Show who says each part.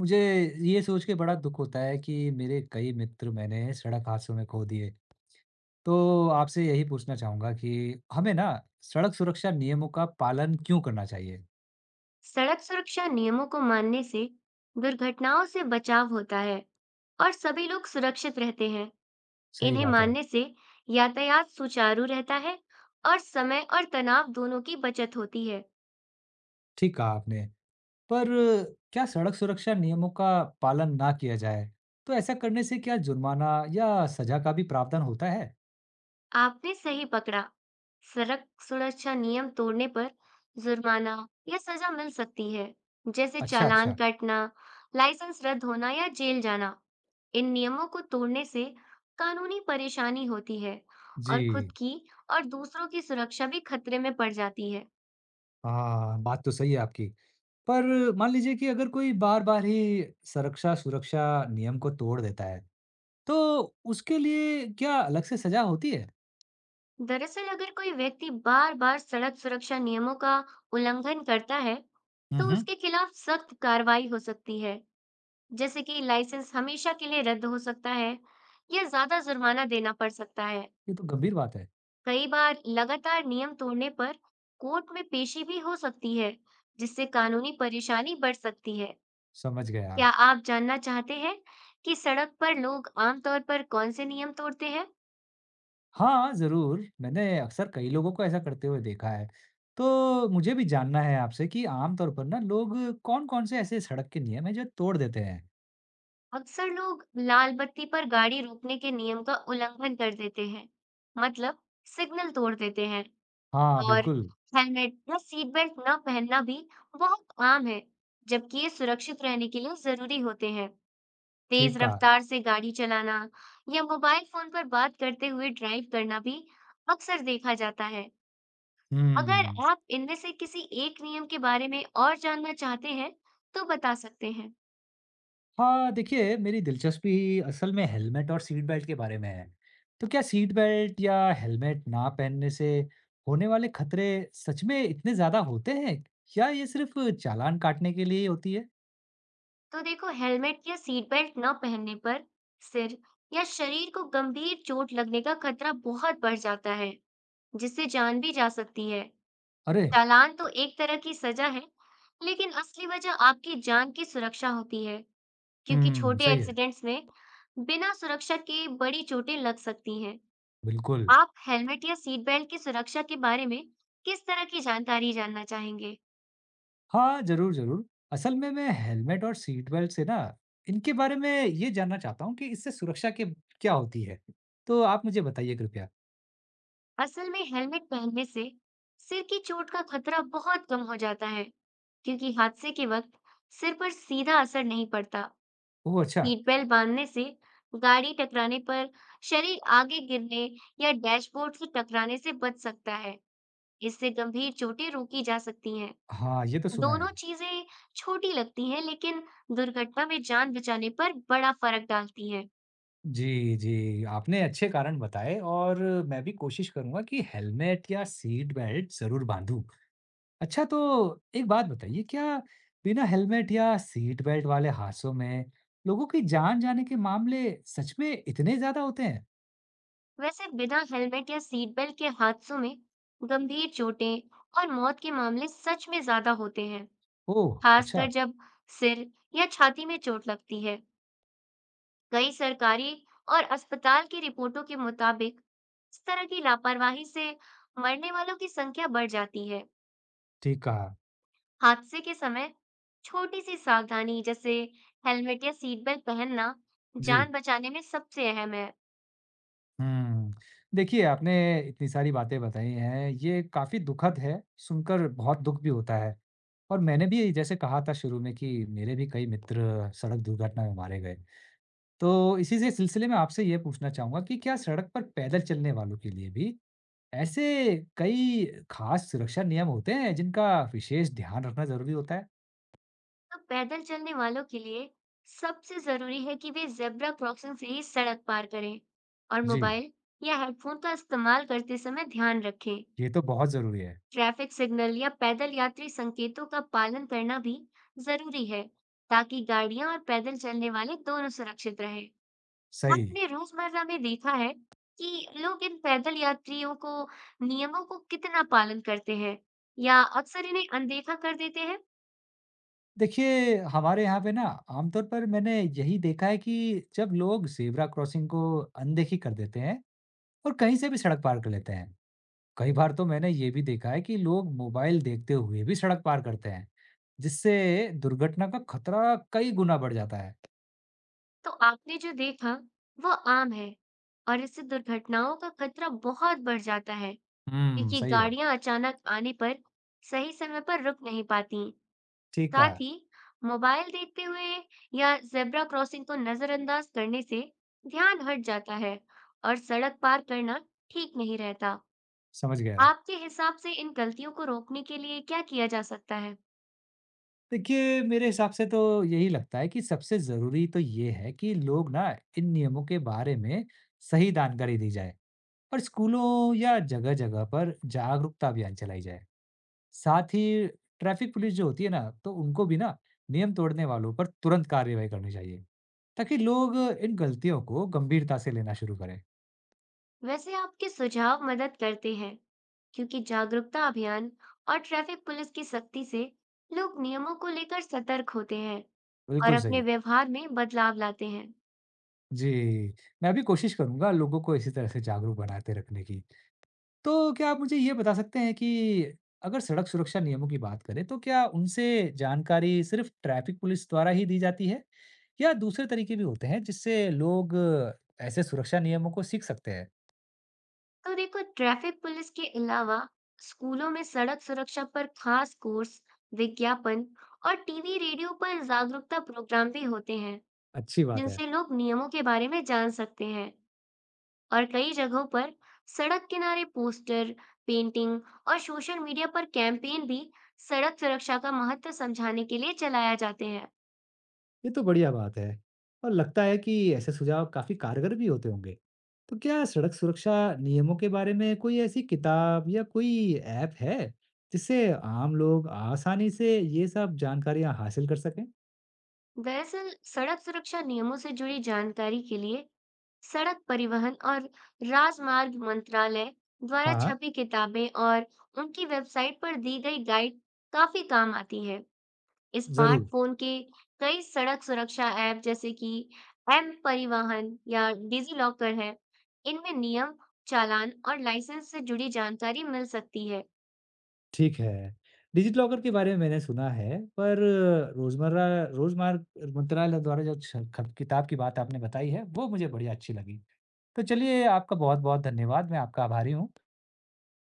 Speaker 1: मुझे ये सोच के बड़ा दुख होता है कि मेरे कई मित्र मैंने सड़क हादसों में खो दिए। तो आपसे यही पूछना चाहूँगा कि हमें ना सड़क सुरक्षा नियमों का पालन क्यों करना चाहिए?
Speaker 2: सड़क सुरक्षा नियमों को मानने से दुर्घटनाओं से बचाव होता है और सभी लोग सुरक्षित रहते हैं।
Speaker 1: सही
Speaker 2: इन्हें
Speaker 1: बात है।
Speaker 2: मानने से यातायात सुचारू रहता है और समय और तनाव दोनों की बचत होती है।
Speaker 1: ठीक कहा आपने। पर क्या सड़क सुरक्षा नियमों का पालन ना किया जाए, तो ऐसा करने से क्या जुर्माना या सज़ा का भी प्रावधान होता है?
Speaker 2: आपने सही पकड़ा। सड़क सुरक्षा नियम तोड़ने पर जुर्माना या सजा मिल सकती है, जैसे
Speaker 1: अच्छा,
Speaker 2: चालान
Speaker 1: अच्छा।
Speaker 2: कटना, लाइसेंस रद्द होना या जेल जाना। इन नियमों को तोड़ने से कानूनी परेशानी होती है और खुद
Speaker 1: जी,
Speaker 2: की और दूसरों की सुरक्षा भी खतरे में पड़ जाती है।
Speaker 1: हाँ, बात तो सही है आपकी। पर मान लीजिए कि अगर कोई बार-बार ही सड़क सुरक्षा नियम को तोड़ देता है, तो उसके लिए क्या अलग से सज़ा होती है?
Speaker 2: दरअसल, अगर कोई व्यक्ति बार-बार सड़क सुरक्षा नियमों का उल्लंघन करता है,
Speaker 1: हुँ,
Speaker 2: तो
Speaker 1: हुँ।
Speaker 2: उसके खिलाफ सख्त कार्रवाई हो सकती है। जैसे कि लाइसेंस हमेशा के लिए रद्द हो सकता है या ज्यादा जुर्माना देना पड़ सकता है।
Speaker 1: ये तो गंभीर बात है।
Speaker 2: कई बार लगातार नियम तोड़ने पर कोर्ट में पेशी भी हो सकती है, जिससे कानूनी परेशानी बढ़ सकती है।
Speaker 1: समझ गया।
Speaker 2: क्या आप जानना चाहते हैं कि सड़क पर लोग आमतौर पर कौन से नियम तोड़ते हैं?
Speaker 1: हाँ, ज़रूर, मैंने अक्सर कई लोगों को ऐसा करते हुए देखा है। तो मुझे भी जानना है आपसे कि आम तौर पर ना लोग कौन-कौन से ऐसे सड़क के नियम हैं जो तोड़ देते हैं?
Speaker 2: अक्सर लोग लाल बत्ती पर गाड़ी रोकने के नियम का उल्लंघन कर देते हैं, मतलब सिग्नल तोड़ देते हैं।
Speaker 1: हाँ,
Speaker 2: और
Speaker 1: बिल्कुल।
Speaker 2: हेलमेट या सीट बेल्ट न पहनना भी बहुत आम है, जबकि ये सुरक्षित रहने के लिए जरूरी होते हैं। तेज
Speaker 1: ठीक कहा।
Speaker 2: रफ्तार से गाड़ी चलाना या मोबाइल फोन पर बात करते हुए ड्राइव करना भी अक्सर देखा जाता है। अगर
Speaker 1: हुँ।
Speaker 2: आप इनमें से किसी एक नियम के बारे में और जानना चाहते हैं, तो बता सकते हैं।
Speaker 1: हाँ, देखिए, मेरी दिलचस्पी असल में हेलमेट और सीट बेल्ट के बारे में है। तो क्या सीट बेल्ट या हेलमेट ना पहनने से होने वाले खतरे सच में इतने ज़्यादा होते हैं? क्या ये सिर्फ चालान काटने के लिए ही होती है?
Speaker 2: तो देखो, हेलमेट या सीट बेल्ट न पहनने पर सिर या शरीर को गंभीर चोट लगने का खतरा बहुत बढ़ जाता है, जिससे जान भी जा सकती है।
Speaker 1: अरे!
Speaker 2: चालान तो एक तरह की सजा है, लेकिन असली वजह आपकी जान की सुरक्षा होती है, क्योंकि छोटे
Speaker 1: सही है।
Speaker 2: एक्सीडेंट्स में बिना सुरक्षा के बड़ी चोटें लग सकती हैं।
Speaker 1: बिल्कुल।
Speaker 2: आप हेलमेट या सीट बेल्ट की सुरक्षा के बारे में किस तरह की जानकारी जानना चाहेंगे?
Speaker 1: हाँ, ज़रूर, ज़रूर। असल में मैं हेलमेट और सीट बेल्ट से ना इनके बारे में ये जानना चाहता हूँ कि इससे सुरक्षा के क्या होती है? तो आप मुझे बताइए कृपया।
Speaker 2: असल में हेलमेट पहनने से सिर की चोट का खतरा बहुत कम हो जाता है, क्योंकि हादसे के वक्त सिर पर सीधा असर नहीं पड़ता।
Speaker 1: ओह, अच्छा!
Speaker 2: सीट बेल्ट बांधने से गाड़ी टकराने पर शरीर आगे गिरने या डैशबोर्ड से टकराने से बच सकता है। इससे गंभीर चोटें रोकी जा सकती हैं।
Speaker 1: हाँ, ये तो सुना
Speaker 2: दोनों
Speaker 1: है।
Speaker 2: चीजें छोटी लगती हैं, लेकिन दुर्घटना में जान बचाने पर बड़ा फर्क डालती हैं।
Speaker 1: जी, जी। आपने अच्छे कारण बताए, और मैं भी कोशिश करूँगा कि हेलमेट या सीट बेल्ट ज़रूर बाँधूँ। अच्छा, तो एक बात बताइए, क्या बिना हेलमेट या सीट बेल्ट वाले हादसों में लोगों की जान जाने के मामले सच में इतने ज़्यादा होते हैं?
Speaker 2: वैसे बिना हेलमेट या सीट बेल्ट के हादसों में गंभीर चोटें और मौत के मामले सच में ज्यादा होते हैं,
Speaker 1: ओह!
Speaker 2: खासकर
Speaker 1: अच्छा।
Speaker 2: जब सिर या छाती में चोट लगती है। कई सरकारी और अस्पताल की रिपोर्टों के मुताबिक इस तरह की लापरवाही से मरने वालों की संख्या बढ़ जाती है।
Speaker 1: ठीक कहा।
Speaker 2: हादसे के समय छोटी सी सावधानी जैसे हेलमेट या सीट बेल्ट पहनना
Speaker 1: जी।
Speaker 2: जान बचाने में सबसे अहम है।
Speaker 1: हुँ। देखिए, आपने इतनी सारी बातें बताई हैं, ये काफ़ी दुखद है, सुनकर बहुत दुःख भी होता है। और मैंने भी जैसे कहा था शुरू में, कि मेरे भी कई मित्र सड़क दुर्घटना में मारे गए। तो इसी से सिलसिले में आपसे ये पूछना चाहूँगा कि क्या सड़क पर पैदल चलने वालों के लिए भी ऐसे कई खास सुरक्षा नियम होते हैं जिनका विशेष ध्यान रखना ज़रूरी होता है?
Speaker 2: तो पैदल चलने वालों के लिए सबसे जरूरी है कि वे जेब्रा क्रॉसिंग से ही सड़क पार करें और
Speaker 1: जी,
Speaker 2: मोबाइल या हेडफोन का इस्तेमाल करते समय ध्यान रखें।
Speaker 1: ये तो बहुत ज़रूरी है।
Speaker 2: ट्रैफिक सिग्नल या पैदल यात्री संकेतों का पालन करना भी जरूरी है ताकि गाड़ियां और पैदल चलने वाले दोनों सुरक्षित रहें।
Speaker 1: सही।
Speaker 2: आपने रोजमर्रा में देखा है कि लोग इन पैदल यात्रियों को नियमों को कितना पालन करते हैं या अक्सर इन्हें अनदेखा कर देते हैं।
Speaker 1: देखिए, हमारे यहाँ पे ना, आमतौर पर मैंने यही देखा है कि जब लोग ज़ेब्रा क्रॉसिंग को अनदेखी कर देते हैं और कहीं से भी सड़क पार कर लेते हैं। कई बार तो मैंने ये भी देखा है कि लोग मोबाइल देखते हुए भी सड़क पार करते हैं, जिससे दुर्घटना का खतरा कई गुना बढ़ जाता है।
Speaker 2: तो आपने जो देखा वो आम है और इससे दुर्घटनाओं का खतरा बहुत बढ़ जाता है,
Speaker 1: हुँ,
Speaker 2: क्योंकि
Speaker 1: सही है।
Speaker 2: गाड़ियां अचानक आने पर सही समय पर रुक नहीं पाती।
Speaker 1: ठीक
Speaker 2: साथ
Speaker 1: कहा।
Speaker 2: ही मोबाइल देखते हुए या जेब्रा क्रॉसिंग को नजरअंदाज करने से ध्यान हट जाता है और सड़क पार करना ठीक नहीं रहता।
Speaker 1: समझ गया।
Speaker 2: आपके हिसाब से इन गलतियों को रोकने के लिए क्या किया जा सकता है?
Speaker 1: देखिए, मेरे हिसाब से तो यही लगता है कि सबसे ज़रूरी तो ये है कि लोग ना, इन नियमों के बारे में सही जानकारी दी जाए और स्कूलों या जगह-जगह पर जागरूकता अभियान चलाई जाए। साथ ही ट्रैफिक पुलिस जो होती है ना, तो उनको भी ना, नियम तोड़ने वालों पर तुरंत कार्रवाई करनी चाहिए, ताकि लोग इन गलतियों को गंभीरता से लेना शुरू करें।
Speaker 2: वैसे आपके सुझाव मदद करते हैं, क्योंकि जागरूकता अभियान और ट्रैफिक पुलिस की सख्ती से लोग नियमों को लेकर सतर्क होते हैं और
Speaker 1: बिल्कुल
Speaker 2: अपने
Speaker 1: सही।
Speaker 2: व्यवहार में बदलाव लाते हैं।
Speaker 1: जी, मैं भी कोशिश करूँगा लोगों को इसी तरह से जागरूक बनाते रखने की। तो क्या आप मुझे ये बता सकते हैं कि अगर सड़क सुरक्षा नियमों की बात करें, तो क्या उनसे जानकारी सिर्फ ट्रैफिक पुलिस द्वारा ही दी जाती है, या दूसरे तरीके भी होते हैं जिससे लोग ऐसे सुरक्षा नियमों को सीख सकते हैं?
Speaker 2: तो देखो, ट्रैफिक पुलिस के अलावा स्कूलों में सड़क सुरक्षा पर खास कोर्स, विज्ञापन और टीवी रेडियो पर जागरूकता प्रोग्राम भी होते हैं,
Speaker 1: अच्छी बात है।
Speaker 2: जिनसे लोग नियमों के बारे में जान सकते हैं। और कई जगहों पर सड़क किनारे पोस्टर, पेंटिंग और सोशल मीडिया पर कैंपेन भी सड़क सुरक्षा का महत्व समझाने के लिए चलाया जाते हैं।
Speaker 1: ये तो बढ़िया बात है, और लगता है कि ऐसे सुझाव काफी कारगर भी होते होंगे। तो क्या सड़क सुरक्षा नियमों के बारे में कोई ऐसी किताब या कोई ऐप है जिससे आम लोग आसानी से ये सब जानकारियां हासिल कर सकें?
Speaker 2: दरअसल सड़क सुरक्षा नियमों से जुड़ी जानकारी के लिए सड़क परिवहन और राजमार्ग मंत्रालय द्वारा
Speaker 1: हाँ,
Speaker 2: छपी किताबें और उनकी वेबसाइट पर दी गई गाइड काफी काम आती है।
Speaker 1: जरूर।
Speaker 2: स्मार्टफोन के कई सड़क सुरक्षा ऐप जैसे कि एम परिवहन या डिजी लॉकर है। इनमें नियम, चालान और लाइसेंस से जुड़ी जानकारी मिल सकती है।
Speaker 1: ठीक है। डिजिलॉकर के बारे में मैंने सुना है, पर रोज़मर्रा रोज़मार्ग मंत्रालय द्वारा जो छ खब किताब की बात आपने बताई है, वो मुझे बढ़िया अच्छी लगी। तो चलिए, आपका बहुत-बहुत धन्यवाद, मैं आपका आभारी हूँ।